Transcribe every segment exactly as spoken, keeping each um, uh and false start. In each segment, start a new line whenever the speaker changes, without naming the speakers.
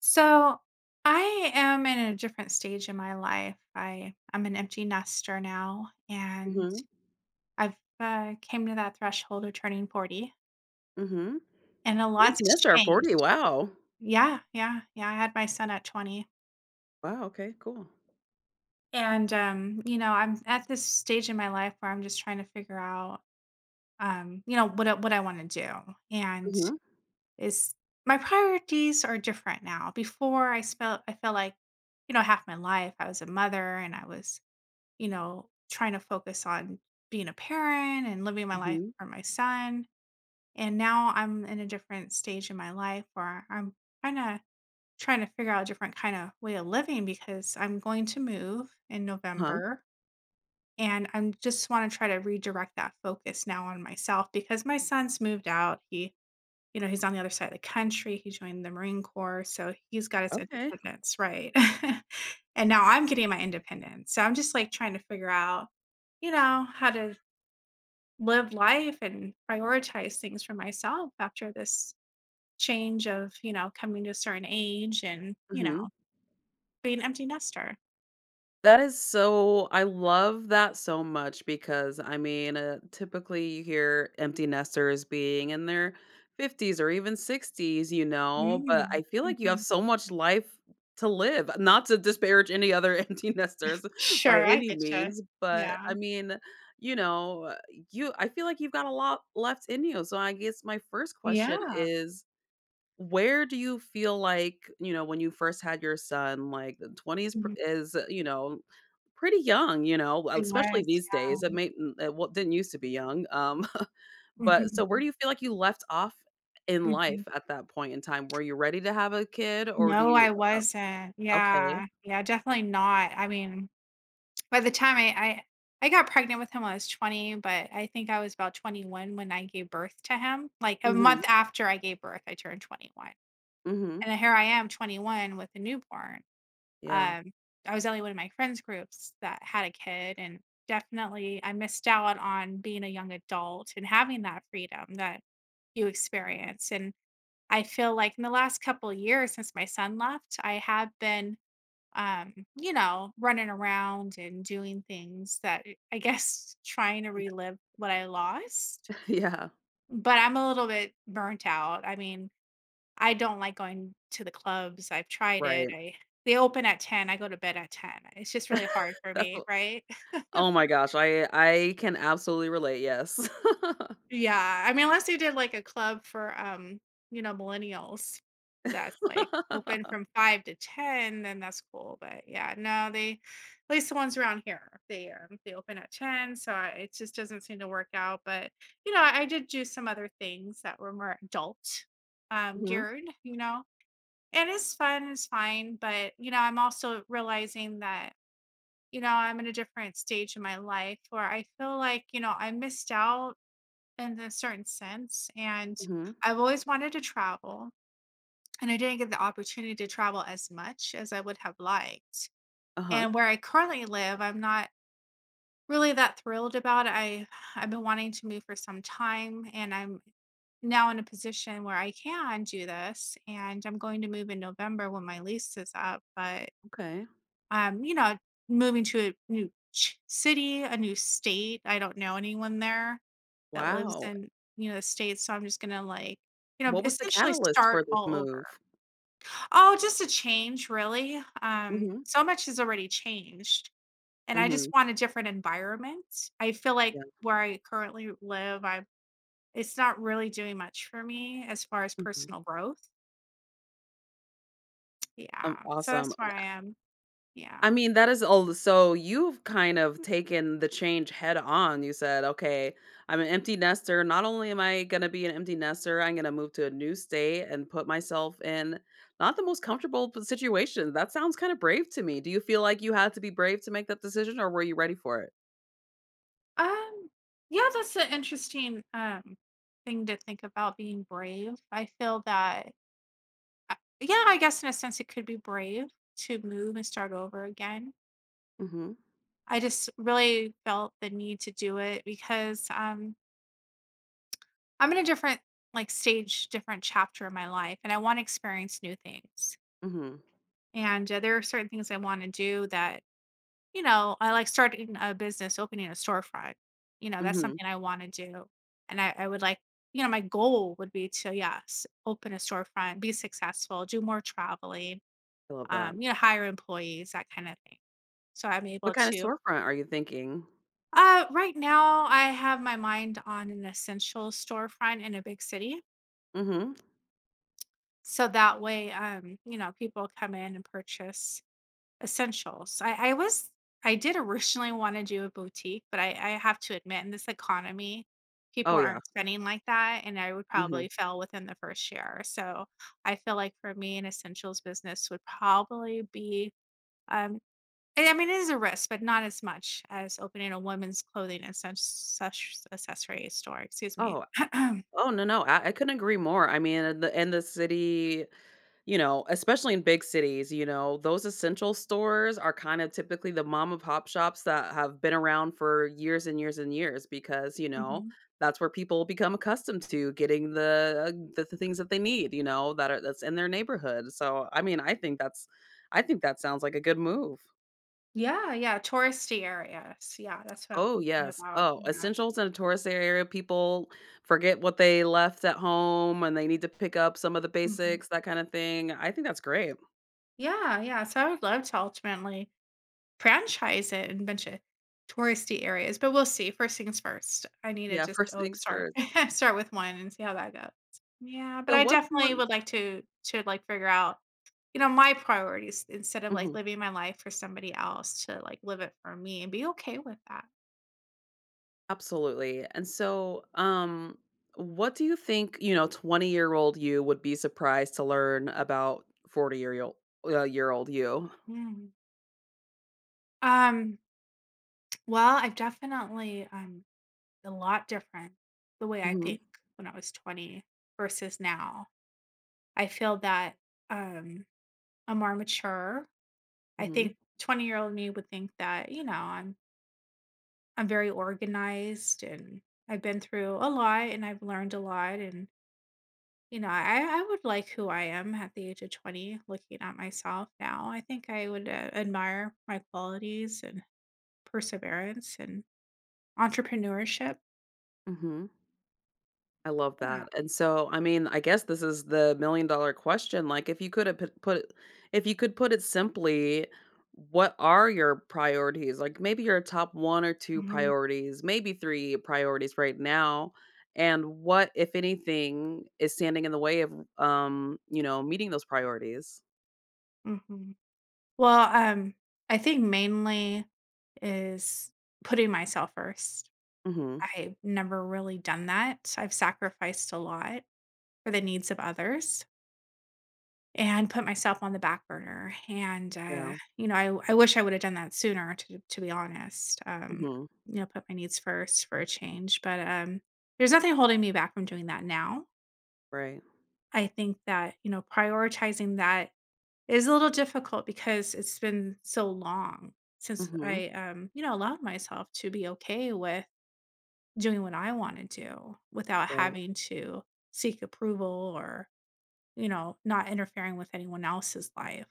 So I am in a different stage in my life. I I'm an empty nester now, and
Mhm,
I've uh, came to that threshold of turning forty,
mhm.
and a
An
lot's
empty nester at forty,
changed.
wow.
Yeah, yeah, yeah. I had my son at twenty,
Wow, okay, cool.
and um, you know, I'm at this stage in my life where I'm just trying to figure out, um, you know, what I- what I want to do, and
Mhm,
is my priorities are different now. Before I felt I felt like, you know, half my life I was a mother and I was you know, trying to focus on being a parent and living my life
mhm.
for my son. And now I'm in a different stage in my life where I'm kind of trying to figure out a different kind of way of living because I'm going to move in
Uh-huh,
November. And I'm just want to try to redirect that focus now on myself because my son's moved out. He you know, he's on the other side of the country, he joined the Marine Corps, so he's got his
okay,
independence, right? And now I'm getting my independence, so I'm just, like, trying to figure out, you know, how to live life and prioritize things for myself after this change of, you know, coming to a certain age and, you know,
mhm.
being an empty nester.
That is so I love that so much because, I mean, uh, typically you hear empty nesters being in their fifties or even sixties, you know, but
Mm,
I feel like you have
mhm.
so much life to live. Not to disparage any other empty nesters by
Sure, I
any
get you.
means, but
Yeah.
I mean, you know, uh, you I feel like you've got a lot left in you. So I guess my first question
Yeah.
is where do you feel like you know when you first had your son like the 20s pr-
Mhm.
is you know Pretty young, you know, well,
It was,
especially these days. It
yeah.
may mm, it w didn't used to be young, um, but
Mhm,
so where
mhm,
do you feel like you left off in life
mhm.
at that point in time? Were you ready to have a kid or do
No, I
you uh,
wasn't.
okay.
Yeah, yeah, definitely not. I mean, by the time I I I got pregnant with him when I was twenty, but I think I was about twenty-one when I gave birth to him. Like a
Mhm,
month after I gave birth, I turned twenty-one.
mhm.
And here I am twenty-one with a newborn.
Yeah.
Um I was only one of my friends groups that had a kid and definitely I missed out on being a young adult and having that freedom that you experience, and I feel like in the last couple of years since my son left, I have been um, you know, running around and doing things that I I guess trying to relive what I lost.
Yeah,
But I'm a little bit burnt out. I mean, I don't like going to the clubs. I've tried it.
right.
I they open at ten. I go to bed at ten. It's just really hard for
That's
me,
what
right?
Oh my gosh, I I can absolutely relate, yes.
Yeah, I mean, unless they did like a club for, um, you know, millennials that's like open from five to ten, then that's cool, but yeah, no, they at least the ones around here, they, um, they open at ten, so I it just doesn't seem to work out, but, you know, I did do some other things that were more adult, um,
Mhm,
geared, you know, and it's fun, it's fine, but, you know, I'm also realizing that, you know, I'm in a different stage in my life where I feel like, you know, I missed out in a certain sense. And
mhm.
I've always wanted to travel, and I didn't get the opportunity to travel as much as I would have liked.
Uh-huh,
And where I currently live, I'm not really that thrilled about. It. I I've been wanting to move for some time, and I'm now in a position where I can do this. And I'm going to move in November when my lease is up, but
okay.
um, you know, moving to a new ch city, a new state, I don't know anyone there that lives
Wow.
in, you know, the States, so I'm just gonna, like, you know,
What was the
essentially
catalyst
start
for this
all over.
move?
Oh, just a change, really. Um,
Mhm,
so much has already changed, and I just
mhm,
want a different environment. I feel like
yeah,
where I currently live, I it's not really doing much for me as far as
mhm.
personal growth.
Um,
Yeah, so
awesome.
that's where I am. Yeah.
I mean, that is all so you've kind of taken the change head on. You said, "Okay, I'm an empty nester. Not only am I gonna be an empty nester, I'm gonna move to a new state and put myself in not the most comfortable p- situation." That sounds kind of brave to me. Do you feel like you had to be brave to make that decision, or were you ready for it?
Um, yeah, that's an interesting um thing to think about being brave. I feel that I- yeah, I guess in a sense it could be brave to move and start over again.
Mm-hmm.
I just really felt the need to do it because um I'm in a different like stage, different chapter of my life, and I want to experience new things.
Mm-hmm.
And uh, there are certain things I want to do that you know, I like starting a business, opening a storefront. You know, that's
Mm-hmm.
something I wanna do, and I I would like you know, my goal would be to, yes, open a storefront, be successful, do more traveling,
I love that.
um, you know, hire employees, that kinda thing. So I'm
What
able
kind of
to
storefront are you thinking?
uh, right now, I have my mind on an essential storefront in a big city,
Mm-hmm.
so that way, um, you know, people come in and purchase essentials. I I was I did originally wanna do a boutique, but I I have to admit, in this economy, people
Oh yeah.
aren't spending like that, and I would
Mm-hmm.
probably fail within the first year. So, I feel like for me, an essentials business would probably be, um and I mean, it is a risk, but not as much as opening a women's clothing and such such accessory store, excuse me.
Oh. Oh no no, I, I couldn't agree more. I mean, in the in the city. You know, especially in big cities, you know, those essential stores are kind of typically the mom and pop shops that have been around for years and years and years because, you know,
Mhm.
that's where people become accustomed to getting the uh, the, the things that they need, you know, that are that's in their neighborhood. So, I mean, I think that's I think that sounds like a good move.
Yeah, yeah, touristy areas. Yeah, that's what I'm
Oh,
thinking
yes.
about.
Oh,
Yeah.
essentials in a tourist area, people forget what they left at home and they need to pick up some of the
Mhm.
basics, that kind of thing. I think that's great.
Yeah, yeah, so I would love to ultimately franchise it in a bunch of touristy areas, but we'll see, first things first. I need to
Yeah,
just,
first
oh,
things
start
first.
start with one and see how that goes. Yeah, but
So
I
what's
definitely
one
would like to to, like, figure out, you know, my priorities instead of, like,
Mhm,
living my life for somebody else to, like, live it for me and be okay with that.
absolutely. And so, um, what do you think, you know, twenty-year-old you would be surprised to learn about forty-year-old uh, year old you?
Mm. Um, well, I've definitely, um a lot different the way I
Mhm,
think when I was twenty versus now. I feel that, um, I'm more mature. I
mhm,
think twenty-year-old me would think that, you know, I'm I'm very organized and I've been through a lot and I've learned a lot, and, you know, I I would like who I am at the age of twenty looking at myself now. I think I would, uh, admire my qualities and perseverance and entrepreneurship.
mhm. I love
Yeah.
that, and so, I mean, I guess this is the million dollar question, like, if you could have put put it- if you could put it simply, what are your priorities? Like, maybe your top one or two
Mhm,
priorities, maybe three priorities right now, and what, if anything, is standing in the way of, um, you know, meeting those priorities?
mhm. Well, um, I think mainly is putting myself first.
Mhm.
I've never really done that, so I've sacrificed a lot for the needs of others and put myself on the back burner. And
Yeah.
uh, you know, I I wish I would have done that sooner. To to be honest, um,
Mhm.
you know, put my needs first for a change. But um, there's nothing holding me back from doing that now.
Right.
I think that you know, prioritizing that is a little difficult because it's been so long since
Mhm.
I um, you know, allowed myself to be okay with doing what I wanna do without
Right.
having to seek approval or, you know, not interfering with anyone else's life.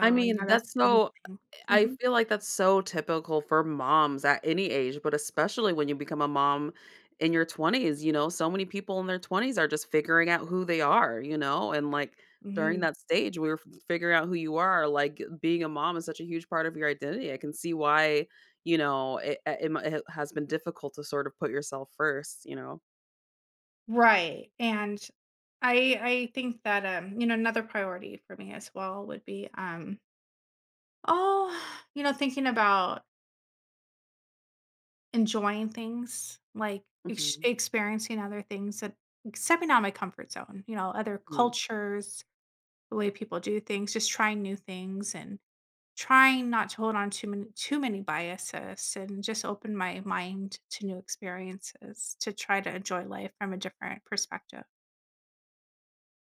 I
yeah,
mean,
that's
that's
one
so
thing.
I
Mhm.
feel like that's so typical for moms at any age, but especially when you become a mom in your twenties. You know, so many people in their twenties are just figuring out who they are, you know, and like during
Mhm.
that stage, we were f- figuring out who you are. Like being a mom is such a huge part of your identity. I can see why, you know, it, it, it mi- it has been difficult to sort of put yourself first, you know.
Right, and I I think that, um, you know, another priority for me as well would be, um, oh, you know, thinking about enjoying things, like, ex
Hmm.
experiencing other things that like, stepping out of my comfort zone, you know, other cultures, the way people do things, just trying new things, and trying not to hold on too many too many biases and just open my mind to new experiences to try to enjoy life from a different perspective.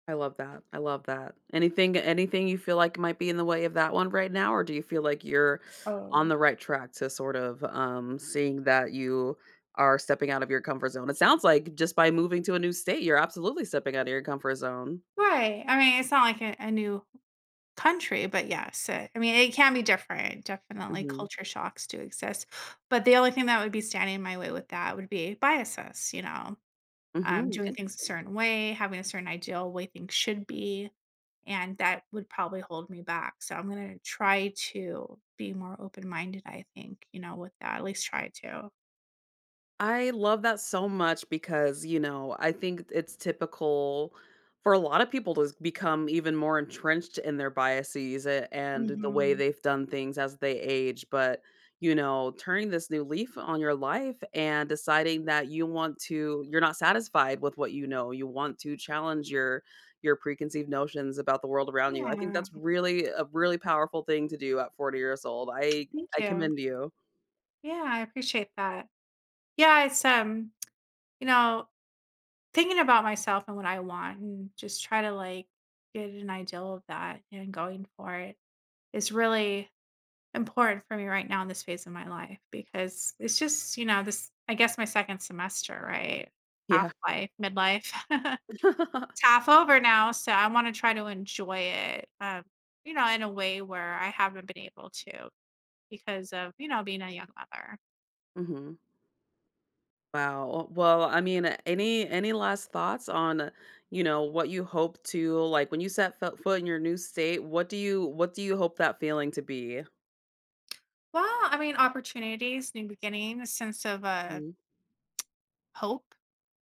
I love that. I love that. Anything anything you feel like might be in the way of that one right now, or do you feel like you're
Oh.
on the right track to sort of, um, seeing that you are stepping out of your comfort zone? It sounds like just by moving to a new state, you're absolutely stepping out of your comfort zone.
Right, I mean, it's not like a a new country, but yes, uh, I mean, it can be different. Definitely,
Mhm.
culture shocks do exist, but the only thing that would be standing in my way with that would be biases, you know? um,
Mhm,
doing things a
interesting.
certain way, having a certain ideal way things should be, and that would probably hold me back. So I'm gonna try to be more open minded. I think you know with that, at least try to.
I love that so much because, you know, I think it's typical for a lot of people to become even more entrenched in their biases a- and the way
Mhm.
they've done things as they age. But, you know, turning this new leaf on your life and deciding that you want to, you're not satisfied with what you know. You want to challenge your your preconceived notions about the world around you. I think
Yeah.
that's really a really powerful thing to do at forty years old. I
Thank
I
you.
commend you.
Yeah, I appreciate that. Yeah, it's um, you know, thinking about myself and what I want, and just try to like get an ideal of that and going for it is really important for me right now in this phase of my life because it's just, you know, this I guess my second semester, right?
Yeah.
Half life, midlife. It's half over now, so I wanna try to enjoy it, um, you know, in a way where I haven't been able to because of, you know, being a young mother.
mhm. Wow. Well, I mean, any any last thoughts on, you know, what you hope to like when you set fo foot in your new state, what do you what do you hope that feeling to be?
Well, I mean, opportunities, new beginning, a sense of, uh,
Mhm,
hope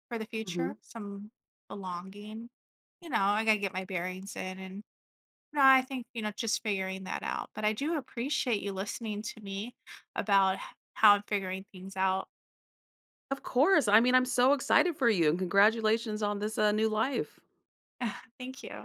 for the
mhm.
future, some belonging. You know, I gotta get my bearings in and no, I think, you know, just figuring that out. But I do appreciate you listening to me about h- how I'm figuring things out.
Of course. I mean, I'm so excited for you, and congratulations on this, uh, new life.
Thank you.